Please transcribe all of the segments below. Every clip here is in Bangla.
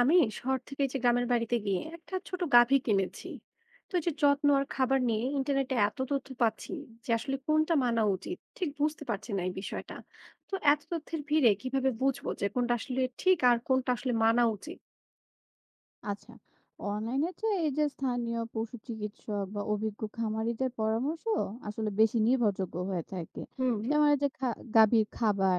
আমি শহর থেকে এই যে গ্রামের বাড়িতে গিয়ে একটা ছোট গাভী কিনেছি। তো এই যে যত্ন আর খাবার নিয়ে ইন্টারনেটে এত তথ্য পাচ্ছি যে আসলে কোনটা মানা উচিত ঠিক বুঝতে পারছি না এই বিষয়টা। তো এত তথ্যের ভিড়ে কিভাবে বুঝবো যে কোনটা আসলে ঠিক আর কোনটা আসলে মানা উচিত? আচ্ছা, অনলাইনে তো এই যে স্থানীয় পশু চিকিৎসক বা অভিজ্ঞ খামারিদের পরামর্শ আসলে বেশি নির্ভরযোগ্য হয়ে থাকে। হুম, যেমন এই যে গাভীর খাবার,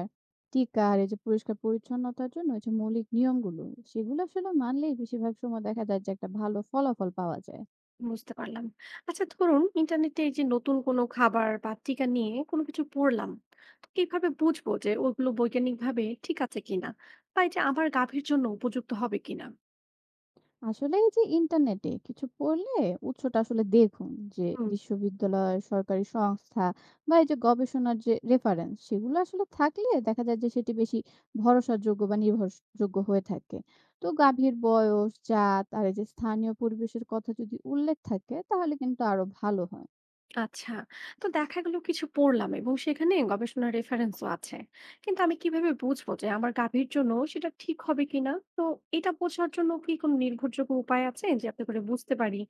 টিকা আর এই যে পরিষ্কার পরিচ্ছন্নতার জন্য এই যে মৌলিক নিয়মগুলো, সেগুলো আসলে মানলেই বেশিরভাগ সময় দেখা যায় যে একটা ভালো ফলাফল পাওয়া যায়। বুঝতে পারলাম। আচ্ছা ধরুন, ইন্টারনেটে এই যে নতুন কোনো খাবার বা টিকা নিয়ে কোনো কিছু পড়লাম, তো কিভাবে বুঝবো যে ওগুলো বৈজ্ঞানিক ভাবে ঠিক আছে কিনা বা এই যে আমার গাভীর জন্য উপযুক্ত হবে কিনা? আসলে এই যে ইন্টারনেটে কিছু পড়লে উৎসটা আসলে দেখুন যে বিশ্ববিদ্যালয়, সরকারি সংস্থা বা এই যে গবেষণার যে রেফারেন্স সেগুলো আসলে থাকলে দেখা যায় যে সেটি বেশি ভরসাযোগ্য বা নির্ভরযোগ্য হয়ে থাকে। তো গাভীর বয়স, জাত আর এই যে স্থানীয় পরিবেশের কথা যদি উল্লেখ থাকে তাহলে কিন্তু আরো ভালো হয়। আচ্ছা, তো দেখা গেল কিছু পড়লাম এবং সেখানে গবেষণার রেফারেন্সও আছে, কিন্তু আমি কিভাবে বুঝবো যে আমার গাভীর জন্য সেটা ঠিক হবে কিনা? তো এটা বোঝার জন্য কি কোনো নির্ভরযোগ্য উপায় আছে, যে যাতে করে বুঝতে পারি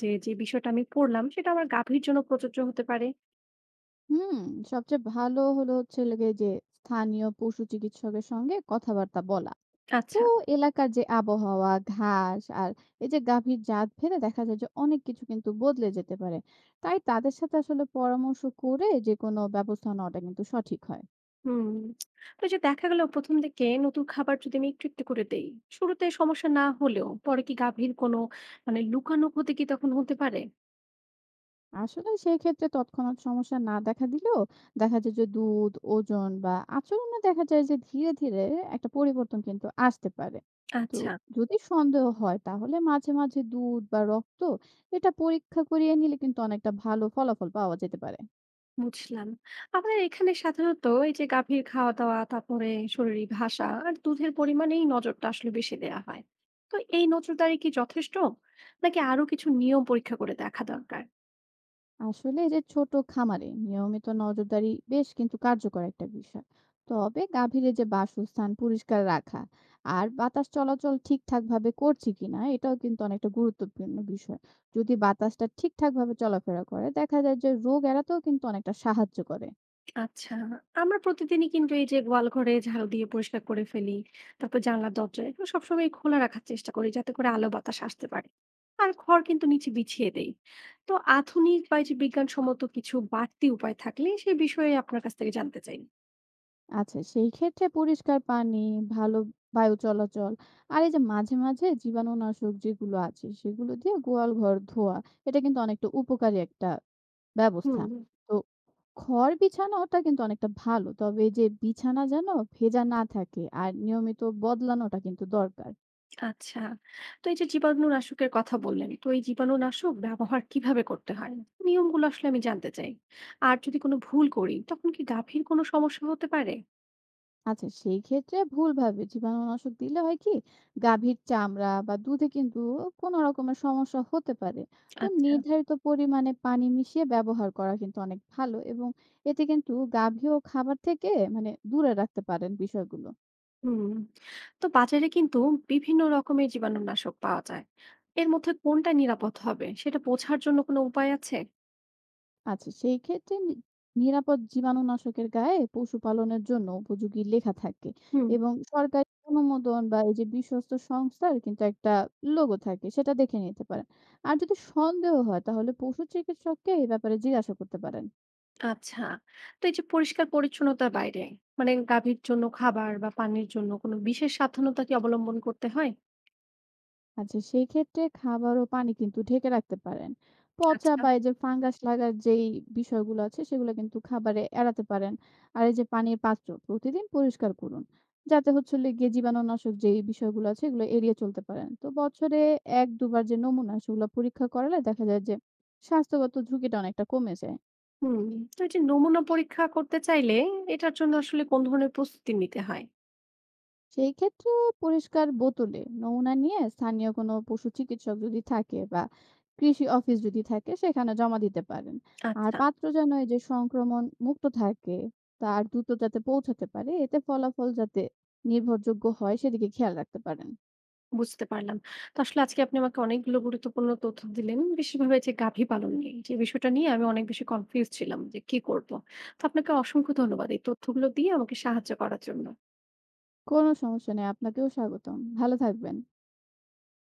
যে যে বিষয়টা আমি পড়লাম সেটা আমার গাভীর জন্য প্রযোজ্য হতে পারে? হুম, সবচেয়ে ভালো হলো যে স্থানীয় পশু চিকিৎসকের সঙ্গে কথাবার্তা বলা। তো আচ্ছা। এলাকার যে আবহাওয়া, ঘাস আর এই যে গাভীর জাত ভেদে দেখা যায় যে অনেক কিছু কিন্তু বদলে যেতে পারে। তাই তাদের সাথে আসলে পরামর্শ করে যে কোনো ব্যবস্থা নেওয়াটা কিন্তু সঠিক হয়। হুম। তো এই যে দেখা গেল, প্রথম দিকে নতুন খাবার যদি আমি একটু একটু করে দেই, শুরুতে সমস্যা না হলেও পরে কি গাভীর কোনো মানে লুকানো ক্ষতি কি তখন হতে পারে? আসলে সেই ক্ষেত্রে তৎক্ষণাৎ সমস্যা না দেখা দিলেও দেখা যায় যে দুধ, ওজন বা আচরণে দেখা যায় যে ধীরে, ধীরে একটা পরিবর্তন কিন্তু আসতে পারে। তো আচ্ছা, যদি সন্দেহ হয় তাহলে মাঝে, মাঝে দুধ বা রক্ত এটা পরীক্ষা করিয়ে নিলে কিন্তু অনেকটা ভালো ফলাফল পাওয়া যেতে পারে। বুঝলাম। আমাদের এখানে সাধারণত এই যে গাভীর খাওয়া-দাওয়া, তারপরে শরীরী ভাষা আর দুধের পরিমাণেই নজরটা আসলে বেশি দেয়া হয়। তো এই নজরদারি কি যথেষ্ট? নাকি আরো কিছু নিয়ম পরীক্ষা করে দেখা দরকার? আসলে এই যে ছোট খামারে নিয়মিত নজরদারি বেশ কিন্তু কার্যকর একটা বিষয়। তবে গাভীর এই যে বাসস্থান পরিষ্কার রাখা আর বাতাস চলাচল ঠিকঠাক ভাবে করছে কিনা এটাও কিন্তু অনেকটা গুরুত্বপূর্ণ বিষয়। যদি বাতাসটা ঠিকঠাক ভাবে চলাফেরা করে দেখা যায় যে রোগ এড়াতেও কিন্তু অনেকটা সাহায্য করে। আচ্ছা, আমরা প্রতিদিনই কিন্তু এই যে গোয়াল ঘরে ঝাড়ু দিয়ে পরিষ্কার করে ফেলি। তারপর জানলা দরজা এগুলো সবসময় খোলা রাখার চেষ্টা করি যাতে করে আলো বাতাস আসতে পারে। আর খড় কিন্তু নিচে বিছিয়ে দেই। তো আধুনিক বা এই যে বিজ্ঞানসম্মত কিছু বাড়তি উপায় থাকলে সে বিষয়ে আপনার কাছ থেকে জানতে চাই। আচ্ছা সেই ক্ষেত্রে পরিষ্কার পানি, ভালো বায়ু চলাচল আর এই যে মাঝে মাঝে জীবাণুনাশক যেগুলো আছে সেগুলো দিয়ে গোয়াল ঘর ধোয়া, এটা কিন্তু অনেকটা উপকারী একটা ব্যবস্থা। হুম। তো খড় বিছানোটা কিন্তু অনেকটা ভালো। তবে এই যে বিছানা যেন ভেজা না থাকে আর নিয়মিত বদলানোটা কিন্তু দরকার। আচ্ছা। তো এই যে জীবাণুনাশকের কথা বললেন, তো এই জীবাণুনাশক ব্যবহার কিভাবে করতে হয়? নিয়মগুলো আসলে আমি জানতে চাই। আর যদি কোনো ভুল করি তখন কি গাভীর কোনো সমস্যা হতে পারে? আচ্ছা সেই ক্ষেত্রে ভুলভাবে জীবাণুনাশক দিলে হয় কি গাভীর চামড়া বা দুধে কিন্তু কোনো রকমের সমস্যা হতে পারে। তো আচ্ছা। নির্ধারিত পরিমাণে পানি মিশিয়ে ব্যবহার করা কিন্তু অনেক ভালো এবং এতে কিন্তু গাভী ও খাবার থেকে মানে দূরে রাখতে পারেন বিষয়গুলো। হুম। তো বাজারে কিন্তু বিভিন্ন রকমের জীবাণুনাশক পাওয়া যায়। এর মধ্যে কোনটা নিরাপদ হবে সেটা বোঝার জন্য কোনো উপায় আছে? আচ্ছা সেই ক্ষেত্রে নিরাপদ জীবাণুনাশকের গায়ে পশুপালনের জন্য উপযোগী লেখা থাকে হুম। এবং সরকারি অনুমোদন বা এই যে বিশ্বস্ত সংস্থার কিন্তু একটা লোগো থাকে সেটা দেখে নিতে পারেন। আর যদি সন্দেহ হয় তাহলে পশু চিকিৎসককে এই ব্যাপারে জিজ্ঞাসা করতে পারেন। আচ্ছা। তো এই যে পরিষ্কার পরিচ্ছন্নতার বাইরে মানে গাভীর জন্য খাবার বা পানির জন্য কোনো বিশেষ সাবধানতা কি অবলম্বন করতে হয়? আচ্ছা, সেই ক্ষেত্রে খাবার ও পানি কিন্তু ঢেকে রাখতে পারেন। পচা আচ্ছা। বা এই যে ফাঙ্গাস লাগার যেই বিষয়গুলো আছে সেগুলো কিন্তু খাবারে এড়াতে পারেন। আর এই যে পানির পাত্র প্রতিদিন পরিষ্কার করুন। যাতে হচ্ছে হলো গিয়ে জীবাণুনাশক যেই বিষয়গুলো আছে এগুলো এড়িয়ে চলতে পারেন। তো বছরে ১-২ বার যে নমুনা সেগুলো পরীক্ষা করালে দেখা যায় যে স্বাস্থ্যগত ঝুঁকিটা অনেকটা কমে যায়। হুম, তো এই যে নমুনা পরীক্ষা করতে চাইলে এটার জন্য আসলে কোন ধরনের প্রস্তুতি নিতে হয়? সেই ক্ষেত্রে পরিষ্কার বোতলে নমুনা নিয়ে স্থানীয় কোনো পশু চিকিৎসক যদি থাকে বা কৃষি অফিস যদি থাকে সেখানে জমা দিতে পারেন। আর আচ্ছা, পাত্র যেন এই যে সংক্রমণ মুক্ত থাকে, তার দ্রুত যাতে পৌঁছাতে পারে, এতে ফলাফল যাতে নির্ভরযোগ্য হয় সেদিকে খেয়াল রাখতে পারেন। বুঝতে পারলাম। তো আসলে আজকে আপনি আমাকে অনেকগুলো গুরুত্বপূর্ণ তথ্য দিলেন। বিশেষভাবে যে গাভী পালন নিয়ে, যে বিষয়টা নিয়ে আমি অনেক বেশি কনফিউজড ছিলাম যে কি করব। তো আপনাকে অসংখ্য ধন্যবাদ এই তথ্যগুলো দিয়ে আমাকে সাহায্য করার জন্য। কোনো সমস্যা নেই, আপনাকেও স্বাগতম, ভালো থাকবেন।